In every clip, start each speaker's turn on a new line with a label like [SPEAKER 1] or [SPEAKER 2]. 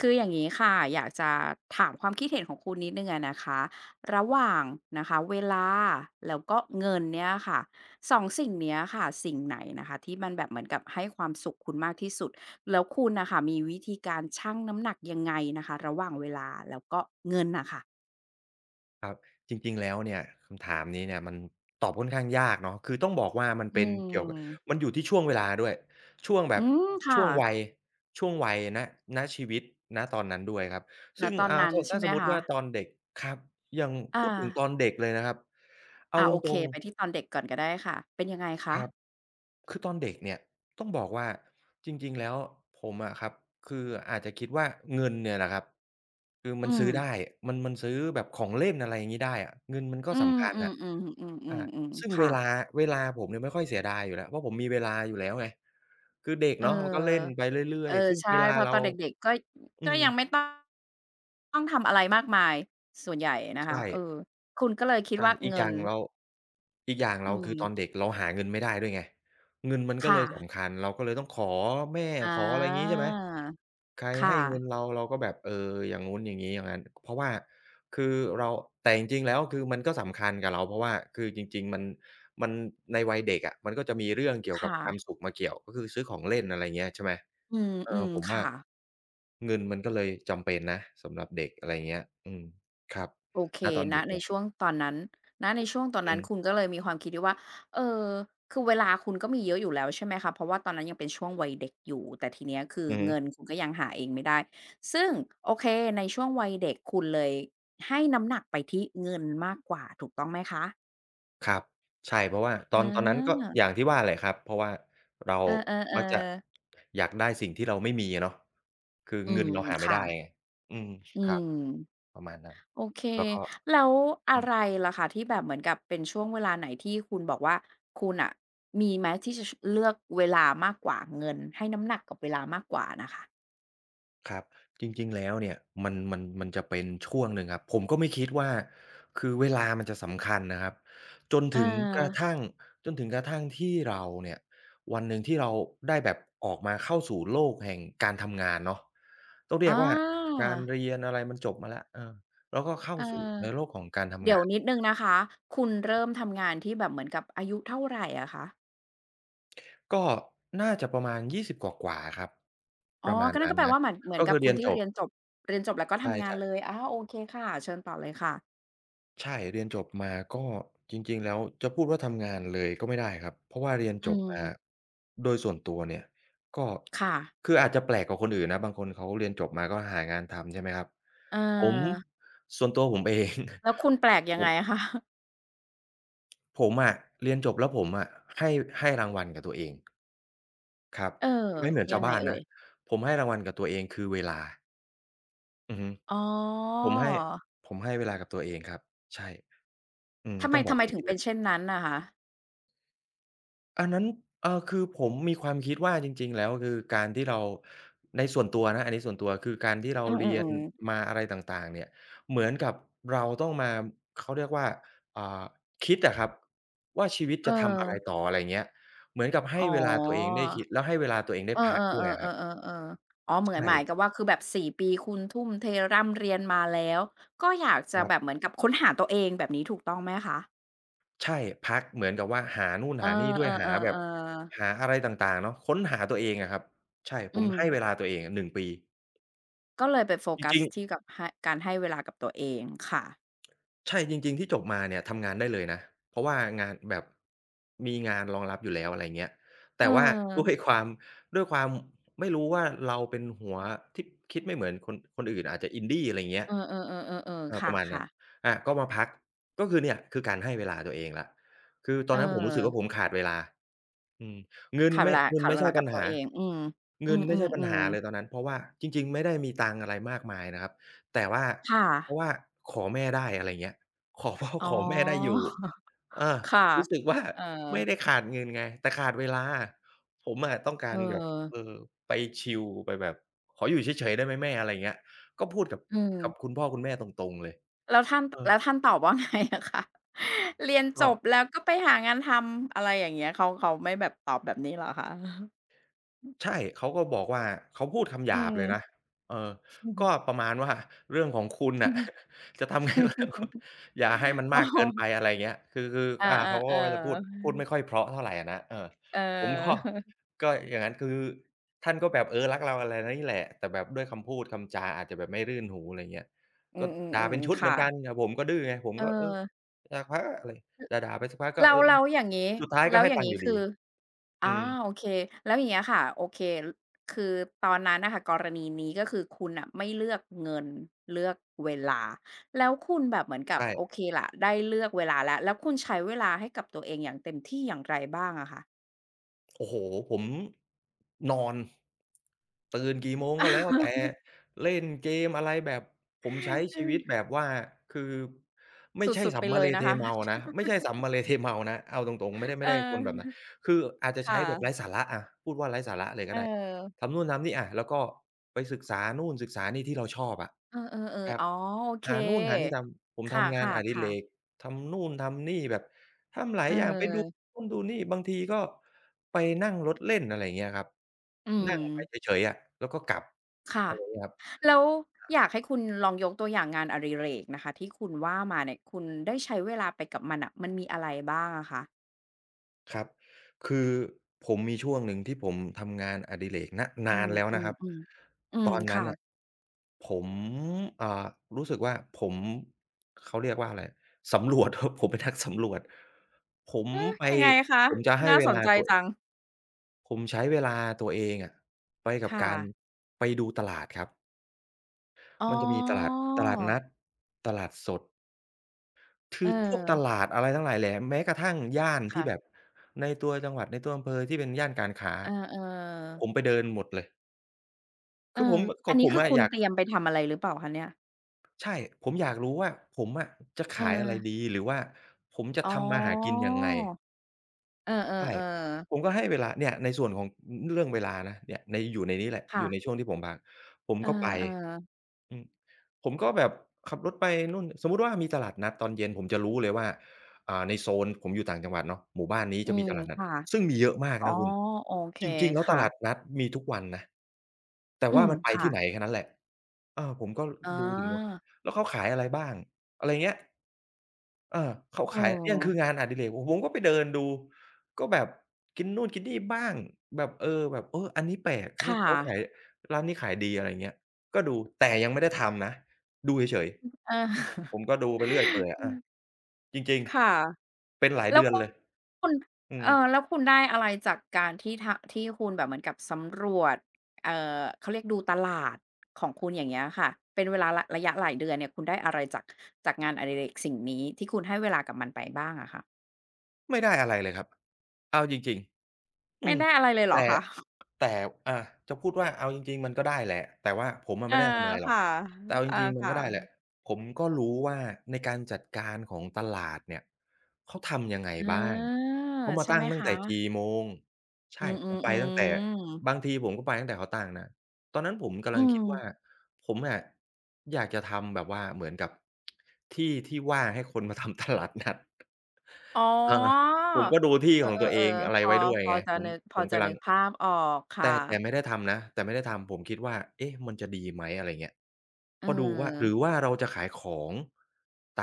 [SPEAKER 1] คืออย่างนี้ค่ะอยากจะถามความคิดเห็นของคุณนิดนึงอะนะคะระหว่างนะคะเวลาแล้วก็เงินเนี่ยค่ะ2สิ่งเนี้ยค่ะสิ่งไหนนะคะที่มันแบบเหมือนกับให้ความสุขคุณมากที่สุดแล้วคุณนะคะมีวิธีการชั่งน้ำหนักยังไงนะคะระหว่างเวลาแล้วก็เงินน่ะค่ะ
[SPEAKER 2] ครับจริงๆแล้วเนี่ยคำถามนี้เนี่ยมันตอบค่อนข้างยากเนาะคือต้องบอกว่ามัน
[SPEAKER 1] อื
[SPEAKER 2] เป็นเกี่ยวกับ
[SPEAKER 1] ม
[SPEAKER 2] มันอยู่ที่ช่วงเวลาด้วยช่วงแบบช่
[SPEAKER 1] ค่ะ
[SPEAKER 2] วงวัยช่วงวัยณณชีวิตณตอนนั้นด้วยครับ
[SPEAKER 1] ณ
[SPEAKER 2] ซึ่ง
[SPEAKER 1] ตอน
[SPEAKER 2] อ่า
[SPEAKER 1] นั้
[SPEAKER 2] ถ
[SPEAKER 1] นใช่
[SPEAKER 2] ถ้า
[SPEAKER 1] ไหม
[SPEAKER 2] สมมุติ
[SPEAKER 1] คะ
[SPEAKER 2] ว่าตอนเด็กครับอย่างพู
[SPEAKER 1] อา
[SPEAKER 2] ดถึงตอนเด็กเลยนะครับเอาต
[SPEAKER 1] โอเค
[SPEAKER 2] รง
[SPEAKER 1] ไปที่
[SPEAKER 2] ๆ
[SPEAKER 1] ตอนเด็กก่อนก็ได้ค่ะเป็นยังไง
[SPEAKER 2] ครับ
[SPEAKER 1] คะ
[SPEAKER 2] คือตอนเด็กเนี่ยต้องบอกว่าจริงๆแล้วผมอะครับคืออาจจะคิดว่าเงินเนี่ยแหละครับคือมัน
[SPEAKER 1] อืม
[SPEAKER 2] ซื้อได้มันซื้อแบบของเล่นอะไรอย่างงี้ได้อะเงินมันก็
[SPEAKER 1] อืม
[SPEAKER 2] สำคัญอะ อา
[SPEAKER 1] ๆๆๆๆ
[SPEAKER 2] ซึ่ง
[SPEAKER 1] ๆ
[SPEAKER 2] เว
[SPEAKER 1] ค่ะ
[SPEAKER 2] ลาเวลาผมเนี่ยไม่ค่อยเสียดายอยู่แล้วเพราะผมมีเวลาอยู่แล้วไงคือเด็ก
[SPEAKER 1] เออ
[SPEAKER 2] เนาะมันก็เล่นไปเรื่อ
[SPEAKER 1] เอ
[SPEAKER 2] ย
[SPEAKER 1] อ
[SPEAKER 2] ๆซึ่ง
[SPEAKER 1] ใช่
[SPEAKER 2] เวลา
[SPEAKER 1] เพราะต
[SPEAKER 2] เรา
[SPEAKER 1] อนเด็กๆก็
[SPEAKER 2] อืม
[SPEAKER 1] ยังไม่ต้องทำอะไรมากมายส่วนใหญ่นะคะ
[SPEAKER 2] ใช่
[SPEAKER 1] เออคุณก็เลยคิด
[SPEAKER 2] ใช่
[SPEAKER 1] ว่าเงิน
[SPEAKER 2] อีกอย่าง
[SPEAKER 1] อื
[SPEAKER 2] เราคือตอน
[SPEAKER 1] ม
[SPEAKER 2] เด็กเราหาเงินไม่ได้ด้วยไง เงินมันก็เล
[SPEAKER 1] ค่ะ
[SPEAKER 2] ยสำคัญ เราก็เลยต้องขอแม่
[SPEAKER 1] อา
[SPEAKER 2] ขออะไรงี้ใช่ไหมใคร
[SPEAKER 1] ค่ะ
[SPEAKER 2] ให้เงินเราเราก็แบบเอออย่างนู้นอย่างงี้อย่างงั้นเพราะว่าคือเราแต่จริงๆแล้วคือมันก็สำคัญกับเราเพราะว่าคือจริงๆมันในวัยเด็กอะมันก็จะมีเรื่องเกี่ยวกับ
[SPEAKER 1] ค่ะ
[SPEAKER 2] ความสุขมาเกี่ยวก็คือซื้อของเล่นอะไรเงี้ยใช่ไหม
[SPEAKER 1] อื
[SPEAKER 2] เออ
[SPEAKER 1] ม
[SPEAKER 2] ผม
[SPEAKER 1] ๆ
[SPEAKER 2] ว่า
[SPEAKER 1] ค่ะ
[SPEAKER 2] เงินมันก็เลยจำเป็นนะสำหรับเด็กอะไรเงี้ยอืมครับ
[SPEAKER 1] โอเค
[SPEAKER 2] ณตอน
[SPEAKER 1] ณ
[SPEAKER 2] เด็ก
[SPEAKER 1] ใน
[SPEAKER 2] นะ
[SPEAKER 1] ช่วงตอนนั้นณในช่วงตอน
[SPEAKER 2] อื
[SPEAKER 1] นั้นคุณ
[SPEAKER 2] ม
[SPEAKER 1] ก็เลยมีความคิดที่ว่าเออคือเวลาคุณก็มีเยอะอยู่แล้วใช่ไหมคะเพราะว่าตอนนั้นยังเป็นช่วงวัยเด็กอยู่แต่ทีเนี้ยคือ
[SPEAKER 2] อืม
[SPEAKER 1] เงินคุณก็ยังหาเองไม่ได้ซึ่งโอเคในช่วงวัยเด็กคุณเลยให้น้ำหนักไปที่เงินมากกว่าถูกต้องไหมคะ
[SPEAKER 2] ครับใช่เพราะว่าต
[SPEAKER 1] อ
[SPEAKER 2] อนตอนนั้นก็
[SPEAKER 1] า
[SPEAKER 2] อย่างที่ว่าแหละครับเพราะว่าเรา
[SPEAKER 1] เออ
[SPEAKER 2] มักจะ
[SPEAKER 1] ๆๆ
[SPEAKER 2] อยากได้สิ่งที่เราไม่มีอะเนาะคือ
[SPEAKER 1] อื
[SPEAKER 2] เงิน
[SPEAKER 1] ม
[SPEAKER 2] เราหาไม่
[SPEAKER 1] ค่ะ
[SPEAKER 2] ได้ไงอืม
[SPEAKER 1] อื
[SPEAKER 2] ครับ
[SPEAKER 1] ม
[SPEAKER 2] ประมาณนั้น
[SPEAKER 1] โอเค
[SPEAKER 2] แล้วก็
[SPEAKER 1] แล้ว
[SPEAKER 2] อื
[SPEAKER 1] อะ
[SPEAKER 2] ม
[SPEAKER 1] ไรล่ะคะที่แบบเหมือนกับเป็นช่วงเวลาไหนที่คุณบอกว่าคุณอะมีไหมที่จะเลือกเวลามากกว่าเงินให้น้ำหนักกับเวลามากกว่าน่ะค่ะ
[SPEAKER 2] ครับจริงๆแล้วเนี่ยมันจะเป็นช่วงหนึ่งครับผมก็ไม่คิดว่าคือเวลามันจะสำคัญนะครับจน
[SPEAKER 1] เออ
[SPEAKER 2] ถึงกระทั่งจนถึงกระทั่งที่เราเนี่ยวันหนึ่งที่เราได้แบบออกมาเข้าสู่โลกแห่งการทำงานเนาะต้องเรี
[SPEAKER 1] อ
[SPEAKER 2] ยกว่าการ
[SPEAKER 1] า
[SPEAKER 2] เรียนอะไรมันจบมาแล้วเออแล้วก็เข้า
[SPEAKER 1] เอ
[SPEAKER 2] สู่
[SPEAKER 1] อ
[SPEAKER 2] ในโลกของการทำ
[SPEAKER 1] เดี๋ย
[SPEAKER 2] งา
[SPEAKER 1] ว
[SPEAKER 2] น
[SPEAKER 1] นิดหนึ่งนะคะคุณเริ่มทำงานที่แบบเหมือนกับอายุเท่าไรอะคะ
[SPEAKER 2] ก็น่าจะประมาณ20กว่าๆครับ
[SPEAKER 1] อ๋
[SPEAKER 2] ป
[SPEAKER 1] อ
[SPEAKER 2] ระมาณ
[SPEAKER 1] ก็นั่น
[SPEAKER 2] นั้
[SPEAKER 1] ก็
[SPEAKER 2] น
[SPEAKER 1] แปล
[SPEAKER 2] นะ
[SPEAKER 1] ว่าเหมือน
[SPEAKER 2] ก็
[SPEAKER 1] กั
[SPEAKER 2] คื
[SPEAKER 1] บ
[SPEAKER 2] อ
[SPEAKER 1] คุ
[SPEAKER 2] เรี
[SPEAKER 1] ณ
[SPEAKER 2] ยน
[SPEAKER 1] ที่
[SPEAKER 2] จบ
[SPEAKER 1] เรียนจบเรียนจบแล้วก็
[SPEAKER 2] ใช
[SPEAKER 1] ทำงาน
[SPEAKER 2] ่
[SPEAKER 1] เล
[SPEAKER 2] ๆ
[SPEAKER 1] ยอาโอเคค่ะเชิญต่อเลยค่ะ
[SPEAKER 2] ใช่เรียนจบมาก็จริงๆแล้วจะพูดว่าทำงานเลยก็ไม่ได้ครับเพราะว่าเรียน
[SPEAKER 1] อื
[SPEAKER 2] จบมา
[SPEAKER 1] ม
[SPEAKER 2] โดยส่วนตัวเนี่ยก็
[SPEAKER 1] ค่ะ
[SPEAKER 2] คืออาจจะแปลกกว่าคนอื่นนะบางคนเขาเรียนจบมาก็หางานทำใช่ไหมครับ
[SPEAKER 1] เออ
[SPEAKER 2] ผมส่วนตัวผมเอง
[SPEAKER 1] แล้วคุณแปลก ยั
[SPEAKER 2] ผ
[SPEAKER 1] งไง
[SPEAKER 2] ม
[SPEAKER 1] คะ
[SPEAKER 2] ผมอะเรียนจบแล้วผมอะให้ให้รางวัลกับตัวเองครับ
[SPEAKER 1] เออ
[SPEAKER 2] ไม่เหมือน
[SPEAKER 1] ยั
[SPEAKER 2] ชา
[SPEAKER 1] ง
[SPEAKER 2] ว
[SPEAKER 1] ไง
[SPEAKER 2] บ้าน
[SPEAKER 1] เอ่ย
[SPEAKER 2] นะผมให้รางวัลกับตัวเองคือเวลาอือฮึ
[SPEAKER 1] อ๋อ
[SPEAKER 2] ผมให้ผมให้เวลากับตัวเองครับใช่อืม
[SPEAKER 1] ทำ
[SPEAKER 2] ต้
[SPEAKER 1] ไม
[SPEAKER 2] องบอกอย่าง
[SPEAKER 1] ถึง
[SPEAKER 2] งี้เล
[SPEAKER 1] เป็น
[SPEAKER 2] ย
[SPEAKER 1] เช่นนั้นน่ะคะ
[SPEAKER 2] อันนั้นคือผมมีความคิดว่าจริงๆแล้วคือการที่เราในส่วนตัวนะอันนี้ส่วนตัวคือการที่เรา
[SPEAKER 1] อื
[SPEAKER 2] เรียน
[SPEAKER 1] มๆๆ
[SPEAKER 2] มาอะไรต่างๆเนี่ยเหมือนกับเราต้องมาเขาเรียกว่าอ่าคิดอะครับว่าชีวิต
[SPEAKER 1] เออ
[SPEAKER 2] จะทำอะไรต่ออะไรเงี้ยเหมือนกับให้
[SPEAKER 1] อ๋อ
[SPEAKER 2] เวลาตัวเองได้คิดแล้วให้เวลาตัวเองได้
[SPEAKER 1] เออๆ
[SPEAKER 2] พักด้วยอะครับ
[SPEAKER 1] ๆๆๆๆอ๋อ เหมือน
[SPEAKER 2] ใช่
[SPEAKER 1] หมายกับว่าคือแบบ4ปีคุณทุ่มเทร่ำเรียนมาแล้ว ก็อยาก
[SPEAKER 2] ค
[SPEAKER 1] จะ
[SPEAKER 2] รั
[SPEAKER 1] แบบเหมื
[SPEAKER 2] บ
[SPEAKER 1] อนกับค้นหาตัวเองแบบนี้ถูกต้องไหมคะ
[SPEAKER 2] ใช่พักเหมือนกับว่าหานู่น
[SPEAKER 1] เอ
[SPEAKER 2] หานี่ด้วยหา
[SPEAKER 1] อ
[SPEAKER 2] แบบ
[SPEAKER 1] ๆๆๆ
[SPEAKER 2] หาอะไรต่างๆเนาะค้นหาตัวเองอะครับใช่ผ
[SPEAKER 1] อื
[SPEAKER 2] ม
[SPEAKER 1] ม
[SPEAKER 2] ให้เวลาตัวเองอะหนึ่งปี
[SPEAKER 1] ก็เลยไปโฟ
[SPEAKER 2] จ
[SPEAKER 1] กัส
[SPEAKER 2] ริงๆ
[SPEAKER 1] ที่กับการให้เวลากับตัวเองค่ะ
[SPEAKER 2] ใช่จริงๆที่จบมาเนี่ยทำงานได้เลยนะเพราะว่างานแบบมีงานรองรับอยู่แล้วอะไรเงี้ย
[SPEAKER 1] เ
[SPEAKER 2] แต่ว่าด้ว
[SPEAKER 1] ออ
[SPEAKER 2] ยความด้วยความไม่รู้ว่าเราเป็นหัวที่คิดไม่เหมือนคนอื่นอาจจะ Indie อะไรเงี้ย
[SPEAKER 1] เออๆๆ
[SPEAKER 2] เอ
[SPEAKER 1] ๆๆ
[SPEAKER 2] อประมาณนั้
[SPEAKER 1] ค่ะ
[SPEAKER 2] น
[SPEAKER 1] ๆ
[SPEAKER 2] อาก็มาพักก็คือเนี่ยคือการให้เวลาตัวเองแล้วคือต
[SPEAKER 1] เอ
[SPEAKER 2] อนนั้นผมรู้สึกว่าผ
[SPEAKER 1] อ
[SPEAKER 2] มขาดเวลาอืม
[SPEAKER 1] ขาดเวลา
[SPEAKER 2] เงินไม่ใช่
[SPEAKER 1] กั
[SPEAKER 2] ปั
[SPEAKER 1] บ
[SPEAKER 2] ญ
[SPEAKER 1] ตัว
[SPEAKER 2] หา
[SPEAKER 1] เองอืมอื
[SPEAKER 2] เงินไม่ใช่ปัญ
[SPEAKER 1] ม
[SPEAKER 2] หา
[SPEAKER 1] ๆๆ
[SPEAKER 2] เลยตอนนั้นเพราะว่าจริงๆไม่ได้มีตังค์อะไรมากมายนะครับแต่ว่า
[SPEAKER 1] ค่ะ
[SPEAKER 2] เพราะว่าขอแม่ได้อะไรอย่างเงี้ยขอพ่อ
[SPEAKER 1] อ๋
[SPEAKER 2] ขอแม่ได้อ
[SPEAKER 1] อ
[SPEAKER 2] ยู่เออ
[SPEAKER 1] ค่ะ
[SPEAKER 2] รู้สึกว่า
[SPEAKER 1] เออ
[SPEAKER 2] ไม่ได้ขาดเงินไงแต่ขาดเวลาผมอะต้องกา
[SPEAKER 1] เอ
[SPEAKER 2] รแบบเอ
[SPEAKER 1] อ
[SPEAKER 2] อไปชิลไปแบบขออยู่เฉยๆได้ไหมแม่อะไรอย่างเงี้ยก็พูดกับ
[SPEAKER 1] อืม
[SPEAKER 2] กับคุณพ่อคุณแม่ตรงๆเลย
[SPEAKER 1] แล้วท่าน
[SPEAKER 2] เออ
[SPEAKER 1] ตอบว่า ไงอะคะเรียนจ
[SPEAKER 2] ก็
[SPEAKER 1] บแล้วก็ไปหางานทำอะไรอย่างเงี้ยเขาไม่แบบตอบแบบนี้เหรอคะ
[SPEAKER 2] ใช่เขาก็บอกว่าเขาพูดคำห
[SPEAKER 1] อื
[SPEAKER 2] ยาบ
[SPEAKER 1] ม
[SPEAKER 2] เลยนะเออก็ ประมาณว่าเรื่องของคุณน่ะ จะทำไง ก็เรื่องคุณอย่าให้มัน
[SPEAKER 1] อ๋
[SPEAKER 2] มากเกินไป
[SPEAKER 1] อ
[SPEAKER 2] อะไรอย่างเงี้ยคือ
[SPEAKER 1] อา
[SPEAKER 2] เขา
[SPEAKER 1] ๆเออ
[SPEAKER 2] ก็จะพูดไม่ค่อยเพราะเท่าไรอะนะเออ
[SPEAKER 1] เ
[SPEAKER 2] ผมก็
[SPEAKER 1] ออ
[SPEAKER 2] ก็อย่างงั้นคือท่านก็แบบรักเราอะไรนี่แหละแต่แบบด้วยคำพูดคำจาอาจจะแบบไม่รื่นหูอะไรเงี้ย
[SPEAKER 1] อื
[SPEAKER 2] ก็ด่า
[SPEAKER 1] อ
[SPEAKER 2] เป็น
[SPEAKER 1] ๆๆ
[SPEAKER 2] ชุด
[SPEAKER 1] ๆ
[SPEAKER 2] เหมือ
[SPEAKER 1] ค่ะ
[SPEAKER 2] นกันแต่ผมก็ดื้อไงผม
[SPEAKER 1] เออ
[SPEAKER 2] ก็เออสักพักอะไรด่าๆไปสักพักก็
[SPEAKER 1] แล้
[SPEAKER 2] เอ
[SPEAKER 1] ว
[SPEAKER 2] อสุดท้ายก็ให้
[SPEAKER 1] อย่า
[SPEAKER 2] ตั
[SPEAKER 1] ง
[SPEAKER 2] งค์
[SPEAKER 1] งี้
[SPEAKER 2] อยู่
[SPEAKER 1] คื
[SPEAKER 2] ดี
[SPEAKER 1] อ
[SPEAKER 2] อื
[SPEAKER 1] อา
[SPEAKER 2] ม
[SPEAKER 1] โอเคแล้วอย่างเงี้ยค่ะโอเคคือตอนนั้นน่ะค่ะกรณีนี้ก็คือคุณน่ะไม่เลือกเงินเลือกเวลาแล้วคุณแบบเหมือนกับ
[SPEAKER 2] ใช่
[SPEAKER 1] โอเคล่ะได้เลือกเวลาแล้วคุณใช้เวลาให้กับตัวเองอย่างเต็มที่อย่างไรบ้างอะคะ
[SPEAKER 2] โอ้โฮผมนอนตื่นกี่โมงก็แล้วแต่เล่นเกมอะไรแบบผมใช้
[SPEAKER 1] อื
[SPEAKER 2] ชีวิต
[SPEAKER 1] ม
[SPEAKER 2] แบบว่าคือ
[SPEAKER 1] ส
[SPEAKER 2] ไม่ใช่
[SPEAKER 1] ุดๆ
[SPEAKER 2] สั
[SPEAKER 1] ไป
[SPEAKER 2] ม
[SPEAKER 1] เล
[SPEAKER 2] มะ
[SPEAKER 1] ย
[SPEAKER 2] เล
[SPEAKER 1] นะ
[SPEAKER 2] เท
[SPEAKER 1] คะ
[SPEAKER 2] เมานะไม่ใช่สับมะเลเทเมานะเอาตรงๆ
[SPEAKER 1] เ
[SPEAKER 2] ไม่ได้คนแบบ
[SPEAKER 1] อ
[SPEAKER 2] นั้น
[SPEAKER 1] อ
[SPEAKER 2] คืออาจจะใช้แบบไร้
[SPEAKER 1] ค่ะ
[SPEAKER 2] สาระอะพูดว่าไร้สาระเลย
[SPEAKER 1] เอ
[SPEAKER 2] ก็ได้
[SPEAKER 1] อ
[SPEAKER 2] ทำนู่นทำนี่อะแล้วก็ไปศึกษานู่นศึกษานี่ที่เราชอบอะ
[SPEAKER 1] เออ
[SPEAKER 2] แบ
[SPEAKER 1] ๆๆ
[SPEAKER 2] บ
[SPEAKER 1] อ๋อโอเค
[SPEAKER 2] หานู่นหานี่ทำผม
[SPEAKER 1] ค
[SPEAKER 2] ทำงาน
[SPEAKER 1] ่
[SPEAKER 2] อดิ
[SPEAKER 1] ะ
[SPEAKER 2] เร
[SPEAKER 1] ๆ
[SPEAKER 2] ก
[SPEAKER 1] ๆ
[SPEAKER 2] ทำนู่นทำนี่แบบ ทำหลา
[SPEAKER 1] เ
[SPEAKER 2] ยอย่างไปดู
[SPEAKER 1] ออ
[SPEAKER 2] นู่นดูนี่บางทีก็ไปนั่งรถเล่นอะไรอย่างเงี้ยครับ
[SPEAKER 1] อืม
[SPEAKER 2] นั่งไปเฉยๆอะแล้วก็กลับ
[SPEAKER 1] ค่ะ
[SPEAKER 2] อะไรอย่างเงี้ยครับ
[SPEAKER 1] แล้วอยากให้คุณลองยกตัวอย่างงานอดิเรกนะคะที่คุณว่ามาเนี่ยคุณได้ใช้เวลาไปกับมันน่ะมันมีอะไรบ้างอะคะ
[SPEAKER 2] ครับคือผมมีช่วงหนึ่งที่ผมทำงานอดิเรกนะ
[SPEAKER 1] อื
[SPEAKER 2] นานแล้วนะ
[SPEAKER 1] ม
[SPEAKER 2] ครับ
[SPEAKER 1] ๆๆอื
[SPEAKER 2] ต
[SPEAKER 1] ม
[SPEAKER 2] อนนั้น
[SPEAKER 1] ค่ะ
[SPEAKER 2] น่ะผมอ่ารู้สึกว่าผมเขาเรียกว่าอะไรสำรวจ ครับผมเป็นนักสำรวจผม
[SPEAKER 1] เออ
[SPEAKER 2] ไป
[SPEAKER 1] ยังไงคะ
[SPEAKER 2] ผมจะให้
[SPEAKER 1] น่า
[SPEAKER 2] เว
[SPEAKER 1] สน
[SPEAKER 2] ลา
[SPEAKER 1] ใจ
[SPEAKER 2] ตัว
[SPEAKER 1] จัง
[SPEAKER 2] ผมใช้เวลาตัวเองอะไปกับ
[SPEAKER 1] ค่ะ
[SPEAKER 2] การไปดูตลาดครับ
[SPEAKER 1] อ๋อ
[SPEAKER 2] มันจะมีตลาดตลาดนัดตลาดสดคื
[SPEAKER 1] เออ
[SPEAKER 2] อพวกตลาดอะไรทั้งหลายแหละแม้กระทั่งย่านที่แบบ
[SPEAKER 1] ค่ะ
[SPEAKER 2] ในตัวจังหวัดในตัวอำเภอที่เป็นย่านการค้า
[SPEAKER 1] เออๆ
[SPEAKER 2] ผมไปเดินหมดเลย
[SPEAKER 1] เอ
[SPEAKER 2] คือผ
[SPEAKER 1] อ
[SPEAKER 2] มข
[SPEAKER 1] อั
[SPEAKER 2] อ
[SPEAKER 1] น
[SPEAKER 2] งผ
[SPEAKER 1] นี้
[SPEAKER 2] ม
[SPEAKER 1] คือ
[SPEAKER 2] อะ
[SPEAKER 1] คุ
[SPEAKER 2] อ
[SPEAKER 1] ณ
[SPEAKER 2] ยาก
[SPEAKER 1] เตรียมไปทำอะไรหรือเปล่าคะเนี่ย
[SPEAKER 2] ใช่ผมอยากรู้ว่าผมอะจะ
[SPEAKER 1] เอ
[SPEAKER 2] ขายอะไร
[SPEAKER 1] อ
[SPEAKER 2] ดีหรือว่าผมจะ
[SPEAKER 1] อ๋
[SPEAKER 2] ทำมาหากิน
[SPEAKER 1] อ
[SPEAKER 2] ยังไง
[SPEAKER 1] เออ
[SPEAKER 2] ใช่
[SPEAKER 1] ๆๆ
[SPEAKER 2] ผมก็ให้เวลาเนี่ยในส่วนของเรื่องเวลานะเนี่ยในอยู่ในนี้แหละอ
[SPEAKER 1] ค่ะ
[SPEAKER 2] ยู่ในช่วงที่ผมพักผม
[SPEAKER 1] เออ
[SPEAKER 2] ก็ไป
[SPEAKER 1] ๆ
[SPEAKER 2] อืมผมก็แบบขับรถไปนู่นสมมุติว่ามีตลาดนัดตอนเย็นผมจะรู้เลยว่าในโซนผมอยู่ต่างจังหวัดเนาะหมู่บ้านนี้
[SPEAKER 1] อื
[SPEAKER 2] จะมี
[SPEAKER 1] ม
[SPEAKER 2] ตลาดนัด
[SPEAKER 1] ค่ะ
[SPEAKER 2] ซึ่งมีเยอะมาก
[SPEAKER 1] อ๋อ
[SPEAKER 2] นะคุณ
[SPEAKER 1] โอเค
[SPEAKER 2] จริงๆแล้วต
[SPEAKER 1] ค่ะ
[SPEAKER 2] ลาดนัดมีทุกวันนะแต่
[SPEAKER 1] อื
[SPEAKER 2] ว่า
[SPEAKER 1] ม
[SPEAKER 2] มันไป
[SPEAKER 1] ค่ะ
[SPEAKER 2] ที่ไหนแค่นั้นแหละ เออผมก็
[SPEAKER 1] อ๋อ
[SPEAKER 2] ดูถึงว่าแล้วเขาขายอะไรบ้างอะไรเงี้ยเออเขา
[SPEAKER 1] เออ
[SPEAKER 2] ขายเนี่ยคืองานอดิเรกผมผมก็ไปเดินดูก็แบบกินนู่นกินนี่บ้างแบบเออแบบเอออันนี้แปลกเอ
[SPEAKER 1] ค
[SPEAKER 2] อเขาขาย
[SPEAKER 1] ่ะ
[SPEAKER 2] ร้านนี้ขายดีอะไรเงี้ยก็ดูแต่ยังไม่ได้ทำนะดูเฉย
[SPEAKER 1] เอ
[SPEAKER 2] ๆผม
[SPEAKER 1] อ
[SPEAKER 2] ก็ดูไปเรื่อยเปื่อยอา จริง
[SPEAKER 1] ค่ะ
[SPEAKER 2] ๆเป็นหลาย
[SPEAKER 1] แล้
[SPEAKER 2] เดื
[SPEAKER 1] ว
[SPEAKER 2] อน
[SPEAKER 1] ค
[SPEAKER 2] เลย
[SPEAKER 1] ุณ
[SPEAKER 2] อืม
[SPEAKER 1] เอ่อแล้วคุณได้อะไรจากการที่ทะที่คุณแบบเหมือนกับสำรวจเอ่อเขาเรียกดูตลาดของคุณอย่างเงี้ยค่ะเป็นเวลาระยะหลายเดือนเนี่ยคุณได้อะไรจากงานอดิเรกสิ่งนี้ที่คุณให้เวลากับมันไปบ้างอะคะ
[SPEAKER 2] ไม่ได้อะไรเลยครับ เอาจริงๆอื
[SPEAKER 1] ไม่
[SPEAKER 2] ม
[SPEAKER 1] ได้อะไรเลยเหรอ
[SPEAKER 2] แต่
[SPEAKER 1] คะ
[SPEAKER 2] แต่อ่าจะพูดว่าเอาจริงๆมันก็ได้แหละ แต่ว่าผมอะ
[SPEAKER 1] เออ
[SPEAKER 2] ไม่ได้ทำอะไรหรอก
[SPEAKER 1] ค่ะ
[SPEAKER 2] แต่เอา
[SPEAKER 1] เอ
[SPEAKER 2] จ
[SPEAKER 1] อ
[SPEAKER 2] ริงๆมัน
[SPEAKER 1] ค่ะ
[SPEAKER 2] ก็ได้แหละผมก็รู้ว่าในการจัดการของตลาดเนี่ยเขาทำยังไง
[SPEAKER 1] เ
[SPEAKER 2] บ้าง
[SPEAKER 1] ออ
[SPEAKER 2] เขามา
[SPEAKER 1] ใช่
[SPEAKER 2] ตั้
[SPEAKER 1] ไหม
[SPEAKER 2] งตั้ง
[SPEAKER 1] คะ
[SPEAKER 2] แต่กี่โมง
[SPEAKER 1] อื
[SPEAKER 2] ใช่ผมไปตั้ง
[SPEAKER 1] ม
[SPEAKER 2] แต่
[SPEAKER 1] ๆๆ
[SPEAKER 2] บางทีผมก็ไปตั้งแต่เขาตั้งนะ ตอนนั้นผมกำ
[SPEAKER 1] อื
[SPEAKER 2] ลัง
[SPEAKER 1] ม
[SPEAKER 2] คิดว่าผมอะอยากจะทำแบบว่าเหมือนกับที่ที่ว่างให้คนมาทำตลาดนัด
[SPEAKER 1] อ๋
[SPEAKER 2] เออ
[SPEAKER 1] อ
[SPEAKER 2] ผมก็ดูที่
[SPEAKER 1] เออ
[SPEAKER 2] ของตัวเองอะ
[SPEAKER 1] ๆ
[SPEAKER 2] ไร
[SPEAKER 1] ๆพอ
[SPEAKER 2] ไว้ด้วย
[SPEAKER 1] พอ
[SPEAKER 2] ไง
[SPEAKER 1] จะ
[SPEAKER 2] ผม
[SPEAKER 1] นึกพ
[SPEAKER 2] ผ
[SPEAKER 1] อ
[SPEAKER 2] ม
[SPEAKER 1] จะ
[SPEAKER 2] กำลั
[SPEAKER 1] นึ
[SPEAKER 2] ง
[SPEAKER 1] กภาพออกค
[SPEAKER 2] แต่ไม่
[SPEAKER 1] ่ะ
[SPEAKER 2] ได้ทำนะแต่ไม่ได้ทำผมคิดว่าเอ๊ะมันจะดีไหมอะไรเงี้ย
[SPEAKER 1] เอ
[SPEAKER 2] พอดูว่าหรื
[SPEAKER 1] อ
[SPEAKER 2] อว่าเราจะขายของ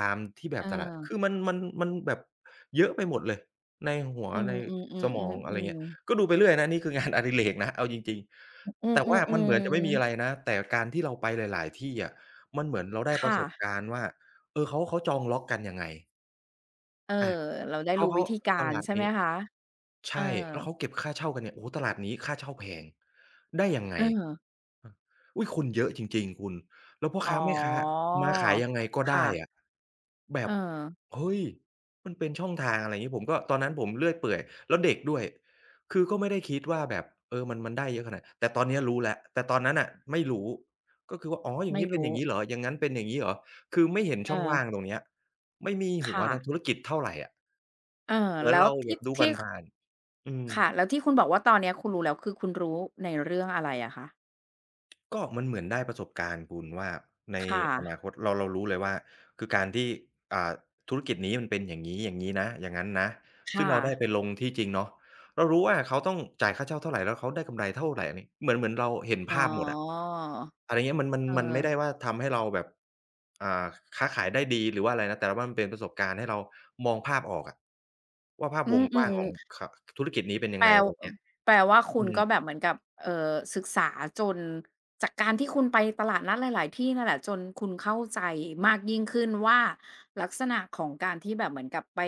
[SPEAKER 2] ตามที่แบ
[SPEAKER 1] เอ
[SPEAKER 2] บตลาดคือ
[SPEAKER 1] อ
[SPEAKER 2] มันมันแบบเยอะไปหมดเลยในหัว
[SPEAKER 1] อืม
[SPEAKER 2] ในสมองอะไรเงี้ย
[SPEAKER 1] ๆๆๆๆ
[SPEAKER 2] ก็ดูไปเรื่อยนะนี่คืองาน อดิเรกนะเอาจริง
[SPEAKER 1] อื
[SPEAKER 2] ๆ
[SPEAKER 1] ม
[SPEAKER 2] แต่ว่ามันเหมือนจะไม่มี
[SPEAKER 1] ๆๆ
[SPEAKER 2] อะไร
[SPEAKER 1] ๆ
[SPEAKER 2] นะแต่การที่เราไปหลายๆที่อะมันเหมือนเราได้ประ
[SPEAKER 1] ค่ะ
[SPEAKER 2] สบการณ์ว่าเออเขาจองล็อกกันยังไง
[SPEAKER 1] เอ
[SPEAKER 2] อา
[SPEAKER 1] อ เราได้
[SPEAKER 2] เขา
[SPEAKER 1] รู้
[SPEAKER 2] เขา
[SPEAKER 1] วิธี
[SPEAKER 2] ต
[SPEAKER 1] การ
[SPEAKER 2] ลาด
[SPEAKER 1] ใช่ไหม
[SPEAKER 2] นี้
[SPEAKER 1] คะเอ
[SPEAKER 2] ใช่
[SPEAKER 1] อ
[SPEAKER 2] แล้วเขาเก็บค่าเช่ากันเนี่ยโอ้โฮตลาดนี้ค่าเช่าแพงได้ยังไง
[SPEAKER 1] เออ
[SPEAKER 2] เอออุ๊ยคนเยอะจริงๆคุณแล้วพ่อ
[SPEAKER 1] อ๋อ
[SPEAKER 2] ค้าแม่ค้ามาขายยังไงก็ได้
[SPEAKER 1] ค่ะ
[SPEAKER 2] อะแบ
[SPEAKER 1] เอ
[SPEAKER 2] บ
[SPEAKER 1] อ
[SPEAKER 2] เฮ้ยมันเป็นช่องทางอะไรอย่างงี้ผมก็ตอนนั้นผมเลื่อยเปื่อยแล้วเด็กด้วยคือก็ไม่ได้คิดว่าแบบเออมันได้เยอะขนาดแต่ตอนเนี้ยรู้แล้วแต่ตอนนั้นน่ะไม่รู้ก็คือว่าอ๋ออย่าง
[SPEAKER 1] ไม่
[SPEAKER 2] งี้เป็นอ
[SPEAKER 1] รู้
[SPEAKER 2] ย่างงี้เหรออย่างงั้นเป็นอย่างงี้เหรอคือไม่เห็น
[SPEAKER 1] เออ
[SPEAKER 2] ช่องว่างตรงเนี้ยไม่มีหัว
[SPEAKER 1] ค่ะ
[SPEAKER 2] ทางธุรกิจเท่าไรอะ
[SPEAKER 1] เออ
[SPEAKER 2] เหมือน
[SPEAKER 1] แล้ว
[SPEAKER 2] เราแบ
[SPEAKER 1] ที่
[SPEAKER 2] บดูผ่านๆอืม
[SPEAKER 1] ค่ะ แล้วที่คุณบอกว่าตอนเนี้ยคุณรู้แล้วคือคุณรู้ในเรื่องอะไรอะคะ
[SPEAKER 2] ก็มันเหมือนได้ประสบการณ์คุณว่าใน
[SPEAKER 1] ค
[SPEAKER 2] อนา
[SPEAKER 1] ่ะ
[SPEAKER 2] คตเราเรารู้เลยว่าคือการที่อ่าธุรกิจนี้มันเป็นอย่างงี้อย่างงี้นะอย่างงั้นนะซึ่ง
[SPEAKER 1] ค่ะ
[SPEAKER 2] เราได้ไปลงที่จริงเนาะเรารู้ว่าเขาต้องจ่ายค่าเช่าเท่าไรแล้วเขาได้กำไรเท่าไรอันนี้เหมือนเราเห็น
[SPEAKER 1] อ๋อ
[SPEAKER 2] ภาพหมดอะอะไรเงี้ยมันมัน
[SPEAKER 1] เอ
[SPEAKER 2] มันไม่ได้
[SPEAKER 1] อ
[SPEAKER 2] ว่าทำให้เราแบบอ่าค้าขายได้ดีหรือว่าอะไรนะแต่ว่ามันเป็นประสบการณ์ให้เรามองภาพออกอะว่าภาพ
[SPEAKER 1] อื
[SPEAKER 2] ว
[SPEAKER 1] ม
[SPEAKER 2] งกว้างของขธุรกิจนี้เป็นยั
[SPEAKER 1] แป
[SPEAKER 2] ง
[SPEAKER 1] ล
[SPEAKER 2] ไงอะไรเงี้ย
[SPEAKER 1] ว่าคุ
[SPEAKER 2] อื
[SPEAKER 1] ณ
[SPEAKER 2] ม
[SPEAKER 1] ก็แบบเหมือนกับเอ่อศึกษาจนจากการที่คุณไปตลาดนัดหลายๆที่นั่นแหละจนคุณเข้าใจมากยิ่งขึ้นว่าลักษณะของการที่แบบเหมือนกับไป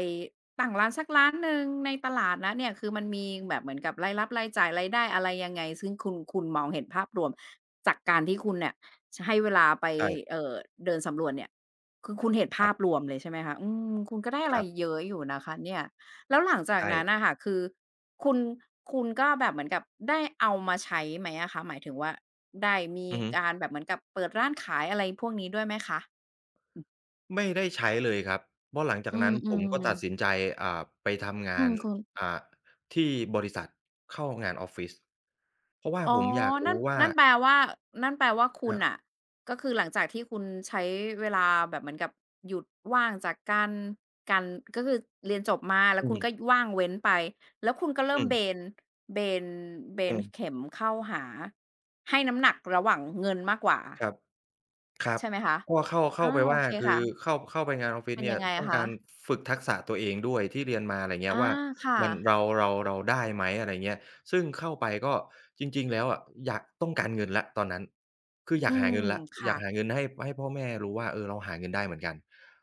[SPEAKER 1] ตั้งร้านสักร้านหนึ่งในตลาดนัดเนี่ยคือมันมีแบบเหมือนกับรายรับรายจ่ายรายได้อะไรยังไงซึ่งคุณมองเห็นภาพรวมจากการที่คุณเนี่ยให้เวลาไป
[SPEAKER 2] ใช่
[SPEAKER 1] เอ่อเดินสำรวจเนี่ยคือคุณเห็น
[SPEAKER 2] ค
[SPEAKER 1] ภา
[SPEAKER 2] รับ
[SPEAKER 1] พรวมเลยใช่ไหมคะอืมคุณก็ได้
[SPEAKER 2] ค
[SPEAKER 1] อะไร
[SPEAKER 2] รั
[SPEAKER 1] เย
[SPEAKER 2] บ
[SPEAKER 1] อะอยู่นะคะเนี่ยแล้วหลังจาก
[SPEAKER 2] ใช่
[SPEAKER 1] นั้นน่ะค่ะคือ คุณคุณก็แบบเหมือนกับได้เอามาใช้ไหมอะคะหมายถึงว่าได้มี
[SPEAKER 2] อือฮึ
[SPEAKER 1] การแบบเหมือนกับเปิดร้านขายอะไรพวกนี้ด้วยไหมคะ
[SPEAKER 2] ไม่ได้ใช้เลยครับเพราะหลังจา
[SPEAKER 1] อื
[SPEAKER 2] กนั้นผมก็
[SPEAKER 1] ม
[SPEAKER 2] ตัดสิน
[SPEAKER 1] ๆ
[SPEAKER 2] ใจไปทำ
[SPEAKER 1] อื
[SPEAKER 2] งาน
[SPEAKER 1] มคุณ
[SPEAKER 2] อ่าที่บริษัทเข้างานออฟฟิศเพราะว่า
[SPEAKER 1] อ๋อ
[SPEAKER 2] ผมอยาก
[SPEAKER 1] นั่
[SPEAKER 2] รู้
[SPEAKER 1] น
[SPEAKER 2] ว่า
[SPEAKER 1] นั่นแปลว่านั่นแปลว่าคุณ
[SPEAKER 2] อา
[SPEAKER 1] น่ะก็คือหลังจากที่คุณใช้เวลาแบบเหมือนกับหยุดว่างจากการการก็คือเรียนจบมาแล้ว
[SPEAKER 2] อื
[SPEAKER 1] คุ
[SPEAKER 2] ม
[SPEAKER 1] ณก็ว่างเว้นไปแล้วคุณก็เริ่ม
[SPEAKER 2] อื
[SPEAKER 1] เบ
[SPEAKER 2] ม
[SPEAKER 1] นเบนเบ
[SPEAKER 2] อื
[SPEAKER 1] น
[SPEAKER 2] ม
[SPEAKER 1] เข็มเข้าหาให้น้ำหนักระหว่างเงินมากกว่า
[SPEAKER 2] ครับ ครับ
[SPEAKER 1] ใช่ไหมคะ
[SPEAKER 2] ก็เข้า
[SPEAKER 1] อา
[SPEAKER 2] เข้าไป
[SPEAKER 1] โอ
[SPEAKER 2] ว่า
[SPEAKER 1] เค
[SPEAKER 2] คือ
[SPEAKER 1] ค่ะ
[SPEAKER 2] เข้าไปงานออฟฟิศ
[SPEAKER 1] เป็น
[SPEAKER 2] เนี่
[SPEAKER 1] ยั
[SPEAKER 2] ย
[SPEAKER 1] งไง
[SPEAKER 2] ต้อ
[SPEAKER 1] อะ
[SPEAKER 2] ง
[SPEAKER 1] คะ
[SPEAKER 2] การฝึกทักษะตัวเองด้วยที่เรียนมาอะไรเงี้ย
[SPEAKER 1] อา
[SPEAKER 2] ว่า
[SPEAKER 1] ค่ะ
[SPEAKER 2] มันเราได้ไหมอะไรเงี้ยซึ่งเข้าไปก็จริงๆแล้วอะอยากต้องการเงินแล้วตอนนั้นคืออ
[SPEAKER 1] อื
[SPEAKER 2] ยากหา
[SPEAKER 1] ม
[SPEAKER 2] เงินแล้วอยา
[SPEAKER 1] ค่ะ
[SPEAKER 2] กหาเงินให้พ่อแม่รู้ว่าเออเราหาเงินได้เหมือนกัน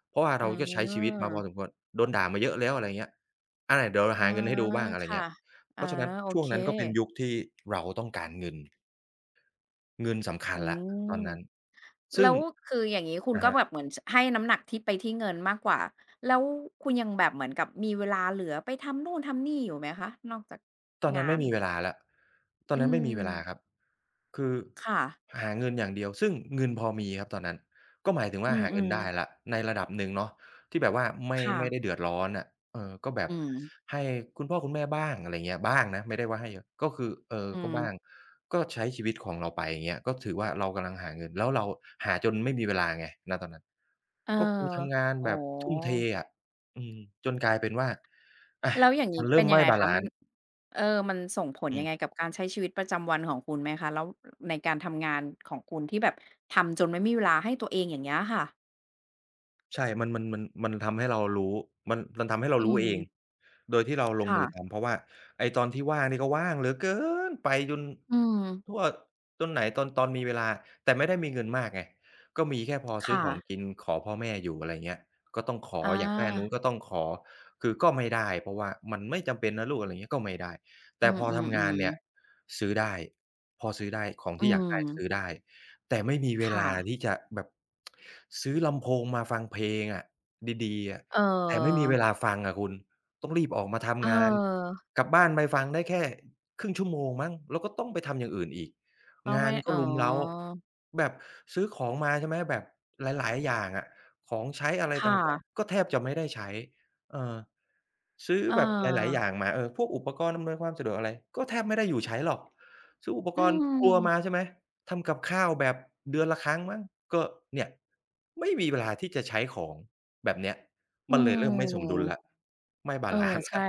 [SPEAKER 2] เพราะว่า
[SPEAKER 1] อื
[SPEAKER 2] เราก็ใช้ชีวิตมาพอสมค
[SPEAKER 1] ม
[SPEAKER 2] วรโดนด่ามาเยอะแล้วอะไรเงี้ยอาเดี๋ยว
[SPEAKER 1] อา
[SPEAKER 2] หาเงินให้ดูบ้างอะไร
[SPEAKER 1] ค่ะ
[SPEAKER 2] เงี้ยเพ
[SPEAKER 1] อา
[SPEAKER 2] ราะฉะนั้น
[SPEAKER 1] โอ
[SPEAKER 2] ช่วง
[SPEAKER 1] เค
[SPEAKER 2] นั้นก็เป็นยุคที่เราต้องการเงินเงินสำคั
[SPEAKER 1] อื
[SPEAKER 2] ญแล้ว
[SPEAKER 1] ม
[SPEAKER 2] ตอนนั้น
[SPEAKER 1] แล้
[SPEAKER 2] ซึ่ง
[SPEAKER 1] วคืออย่างงี้คุณ
[SPEAKER 2] อะ
[SPEAKER 1] ก็
[SPEAKER 2] ฮะ
[SPEAKER 1] แบบเหมือนชให้น้ำหนักที่ไปที่เงินมากกว่าแล้วคุณยังแบบเหมือนกับมีเวลาเหลือไปทำนู่นทำนี่อยู่ไหมคะนอกจาก
[SPEAKER 2] ตอนนั้
[SPEAKER 1] งา
[SPEAKER 2] นไม่
[SPEAKER 1] น
[SPEAKER 2] มีเวลาแล้วตอน
[SPEAKER 1] อื
[SPEAKER 2] นั้นไม่มีเวลาครับ
[SPEAKER 1] ม
[SPEAKER 2] คือ
[SPEAKER 1] ค่ะ
[SPEAKER 2] หาเงินอย่างเดียวซึ่งเงินพอมีครับตอนนั้นก็หมายถึง
[SPEAKER 1] อื
[SPEAKER 2] ว่าหาเงิน
[SPEAKER 1] ม
[SPEAKER 2] ได้แล้ว
[SPEAKER 1] ๆ
[SPEAKER 2] ในระดับหนึ่งเนาะที่แบบว่าไม่
[SPEAKER 1] ค่ะ
[SPEAKER 2] ไม่ได้เดือดร้อนอะเออก็แบบ
[SPEAKER 1] อืม
[SPEAKER 2] ให้คุณพ่อคุณแม่บ้างอะไรเงี้ยบ้างนะไม่ได้ว่าให้เยอะก็คือเออ
[SPEAKER 1] อื
[SPEAKER 2] ก็
[SPEAKER 1] ม
[SPEAKER 2] บ้างก็ใช้ชีวิตของเราไปอย่างเงี้ยก็ถือว่าเรากำลังหาเงินแล้วเราหาจนไม่มีเวลาไงณตอนนั้น
[SPEAKER 1] เออ
[SPEAKER 2] ก็คือทำงาน
[SPEAKER 1] อ๋อ
[SPEAKER 2] แบบทุ่มเทอะอืมจนกลายเป็นว่าอา
[SPEAKER 1] แล้วอย่างงี้
[SPEAKER 2] มันเริ่
[SPEAKER 1] เป็น
[SPEAKER 2] ม
[SPEAKER 1] ยั
[SPEAKER 2] ไม่
[SPEAKER 1] งไง
[SPEAKER 2] บา
[SPEAKER 1] คะ
[SPEAKER 2] ลั
[SPEAKER 1] มัน
[SPEAKER 2] นซ์
[SPEAKER 1] เออมันส่งผล
[SPEAKER 2] อื
[SPEAKER 1] ยังไง
[SPEAKER 2] ม
[SPEAKER 1] กับการใช้ชีวิตประจำวันของคุณไหมคะแล้วในการทำงานของคุณที่แบบทำจนไม่มีเวลาให้ตัวเองอย่างเงี้ยค่ะ
[SPEAKER 2] ใช่มันทำให้เรารู้มันทำให้เรา
[SPEAKER 1] อื
[SPEAKER 2] รู้เอง
[SPEAKER 1] ม
[SPEAKER 2] โดยที่เราลงมือ
[SPEAKER 1] ค่ะ
[SPEAKER 2] ทำ เพราะว่าไอ้ตอนที่ว่างนี่ก็ว่างเหลือเกินไปจน
[SPEAKER 1] อืม
[SPEAKER 2] ทั่วตอนไหนตอนตอนมีเวลา แต่ไม่ได้มีเงินมากไงก็มีแค่พอซื้อ
[SPEAKER 1] ค่ะ
[SPEAKER 2] ของกิน ขอพ่อแม่อยู่อะไรเงี้ยก็ต้องขอ
[SPEAKER 1] อ
[SPEAKER 2] อยากได้อันนู้น
[SPEAKER 1] า
[SPEAKER 2] ก็ต้องขอคือก็ไม่ได้เพราะว่ามันไม่จำเป็นนะลูกอะไรเงี้ยก็ไม่ได้
[SPEAKER 1] อื
[SPEAKER 2] แต่พอทำงาน
[SPEAKER 1] ม
[SPEAKER 2] เนี่ย
[SPEAKER 1] ๆๆ
[SPEAKER 2] ซื้อได้พอซื้อได้ของ
[SPEAKER 1] อื
[SPEAKER 2] ที่อยากได้ซื้อ
[SPEAKER 1] ม
[SPEAKER 2] ได้ แต่ไม่มีเว
[SPEAKER 1] ค่ะ
[SPEAKER 2] ลาที่จะแบบซื้อลำโพงมาฟังเพลงอะดีๆอะ
[SPEAKER 1] เออ
[SPEAKER 2] แต่ไม่มีเวลาฟังอะคุณต้องรีบออกมา
[SPEAKER 1] เ
[SPEAKER 2] ทำงาน
[SPEAKER 1] ออ
[SPEAKER 2] กลับบ้านไปฟังได้แค่ครึ่งชั่วโมงมั้งแล้วก็ต้องไปทำอย่างอื่นอีก
[SPEAKER 1] ก็
[SPEAKER 2] งา
[SPEAKER 1] ไม่
[SPEAKER 2] นก็
[SPEAKER 1] อ๋อ
[SPEAKER 2] รุมเร้าแบบซื้อของมาใช่ไหมแบบหลายๆอย่างอะของใช้อะไรต
[SPEAKER 1] ค่ะ
[SPEAKER 2] ่างๆก็แทบจะไม่ได้ใช้เออ ซื้อ
[SPEAKER 1] เ
[SPEAKER 2] แบบหลายๆอ
[SPEAKER 1] ออ
[SPEAKER 2] ย่างมาเออพวกอุปกรณ์อำนวยความสะดวกอะไรก็แทบไม่ได้อยู่ใช้หรอกซื้ออุป
[SPEAKER 1] อื
[SPEAKER 2] กรณ์ครัว
[SPEAKER 1] ม
[SPEAKER 2] มาใช่ไหมทำกับข้าวแบบเดือนละครั้งมั้งก็เนี่ยไม่มีเวลาที่จะใช้ของแบบเนี้ย
[SPEAKER 1] อื
[SPEAKER 2] มันเลยเริ่มไม่สมดุลแล้ว
[SPEAKER 1] ม
[SPEAKER 2] ไม่บา
[SPEAKER 1] เออ
[SPEAKER 2] ลันซ์
[SPEAKER 1] ใช่
[SPEAKER 2] แล้ว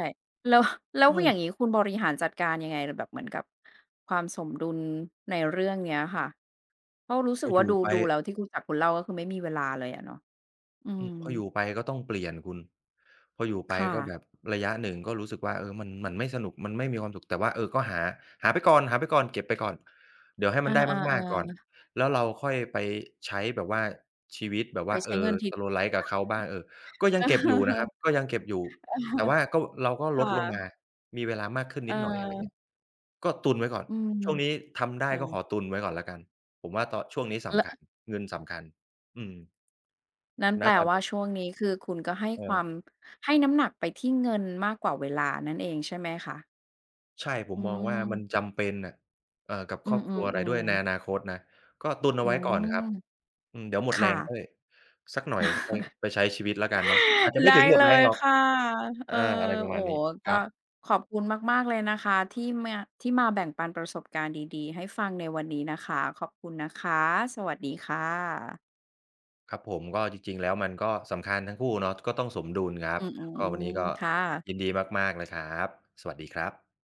[SPEAKER 1] แล้วแล้วอย่าง
[SPEAKER 2] เออ
[SPEAKER 1] งี้คุณบริหารจัดการยังไงแบบเหมือนกับความสมดุลในเรื่องเนี้ยค่ะเพราะรู้
[SPEAKER 2] พ
[SPEAKER 1] สึ
[SPEAKER 2] อ
[SPEAKER 1] ก
[SPEAKER 2] อ
[SPEAKER 1] ว่า
[SPEAKER 2] ยู่
[SPEAKER 1] ดู
[SPEAKER 2] ไป
[SPEAKER 1] ดูแล้วที่คุณจากคุณเล่าก็คือไม่มีเวลาเลยอะเนาะอื
[SPEAKER 2] อื
[SPEAKER 1] ม
[SPEAKER 2] มพออยู่ไปก็ต้องเปลี่ยนคุณพออยู่ไป
[SPEAKER 1] ค่ะ
[SPEAKER 2] ก็แบบระยะหนึ่งก็รู้สึกว่าเออมันไม่สนุกมันไม่มีความสุขแต่ว่าเออก็หาหาไปก่อนหาไปก่อนเก็บไปก่อนเดี๋ยวให้
[SPEAKER 1] เอ
[SPEAKER 2] มันได้มากๆก่อ
[SPEAKER 1] อ
[SPEAKER 2] นแล้วเราค่อยไปใช้แบบว่าชีวิต
[SPEAKER 1] ๆ
[SPEAKER 2] แบบ
[SPEAKER 1] ๆไป
[SPEAKER 2] ว่าเอ
[SPEAKER 1] ใช้
[SPEAKER 2] อ
[SPEAKER 1] เงินที
[SPEAKER 2] slow life กับเขาบ้างเออก็ยังเก็บอยู่นะครับ ก็ยังเก็บอยู่
[SPEAKER 1] เออ
[SPEAKER 2] แต่ว่าก็เราก็
[SPEAKER 1] ค
[SPEAKER 2] ลดลงมา
[SPEAKER 1] ่ะ
[SPEAKER 2] มีเวลามากขึ้น
[SPEAKER 1] เอ
[SPEAKER 2] นิดหน่อยอะไรเงี้ย
[SPEAKER 1] อ
[SPEAKER 2] ก็ตุนไว้ก่อน
[SPEAKER 1] อืม
[SPEAKER 2] ช่วงนี้ทำได้
[SPEAKER 1] ตัว
[SPEAKER 2] ก็
[SPEAKER 1] นี้
[SPEAKER 2] ขอตุนไว้ก่อนแล้วกันผมว่าตอนช่วงนี้สำคัญ
[SPEAKER 1] ล
[SPEAKER 2] เงินสำคัญอืม
[SPEAKER 1] นั้น
[SPEAKER 2] ณ
[SPEAKER 1] แปล
[SPEAKER 2] ตอน
[SPEAKER 1] ว่า
[SPEAKER 2] นี้
[SPEAKER 1] ช่วงนี้คือคุณก็ให้ความ
[SPEAKER 2] เออ
[SPEAKER 1] ให้น้ำหนักไปที่เงินมากกว่าเวลานั่นเองใช่ไหมคะ
[SPEAKER 2] ใช่ผม
[SPEAKER 1] อื
[SPEAKER 2] มองว่ามัน
[SPEAKER 1] ม
[SPEAKER 2] จำเป็นน่ะเอ่อกับ
[SPEAKER 1] อื
[SPEAKER 2] ครอบครัวอะไรด้วย
[SPEAKER 1] อ
[SPEAKER 2] ในอ
[SPEAKER 1] ๆๆ
[SPEAKER 2] นาคตนะก็ตุนเอา
[SPEAKER 1] อื
[SPEAKER 2] ไว้ก่อนค
[SPEAKER 1] ม
[SPEAKER 2] รับอืมเดี๋ยวหมดแร
[SPEAKER 1] ค่ะ
[SPEAKER 2] งค่อยสักหน่อยค่อยไป ใช้ชีวิตแล้วกันเนาะอาจจะไม่
[SPEAKER 1] ได้
[SPEAKER 2] ถึงหมด
[SPEAKER 1] เล
[SPEAKER 2] แรง
[SPEAKER 1] ย
[SPEAKER 2] หรอก
[SPEAKER 1] ค่ะเออ
[SPEAKER 2] อาอะไรประ
[SPEAKER 1] โอ้
[SPEAKER 2] มาณ
[SPEAKER 1] โฮ
[SPEAKER 2] นี้ค
[SPEAKER 1] ก็
[SPEAKER 2] รับ
[SPEAKER 1] ขอบคุณมากๆเลยนะคะที่มาที่มาแบ่งปันประสบการณ์ดีๆให้ฟังในวันนี้นะคะขอบคุณนะคะสวัสดีค่ะ
[SPEAKER 2] ครับผมก็จริงๆแล้วมันก็สำคัญทั้งคู่เนาะก็ต้องสมดุลครั
[SPEAKER 1] อื
[SPEAKER 2] บก็วันนี้
[SPEAKER 1] ม
[SPEAKER 2] ก็
[SPEAKER 1] ๆค่ะ
[SPEAKER 2] ยินดีมากๆเลยครับสวัสดีครับ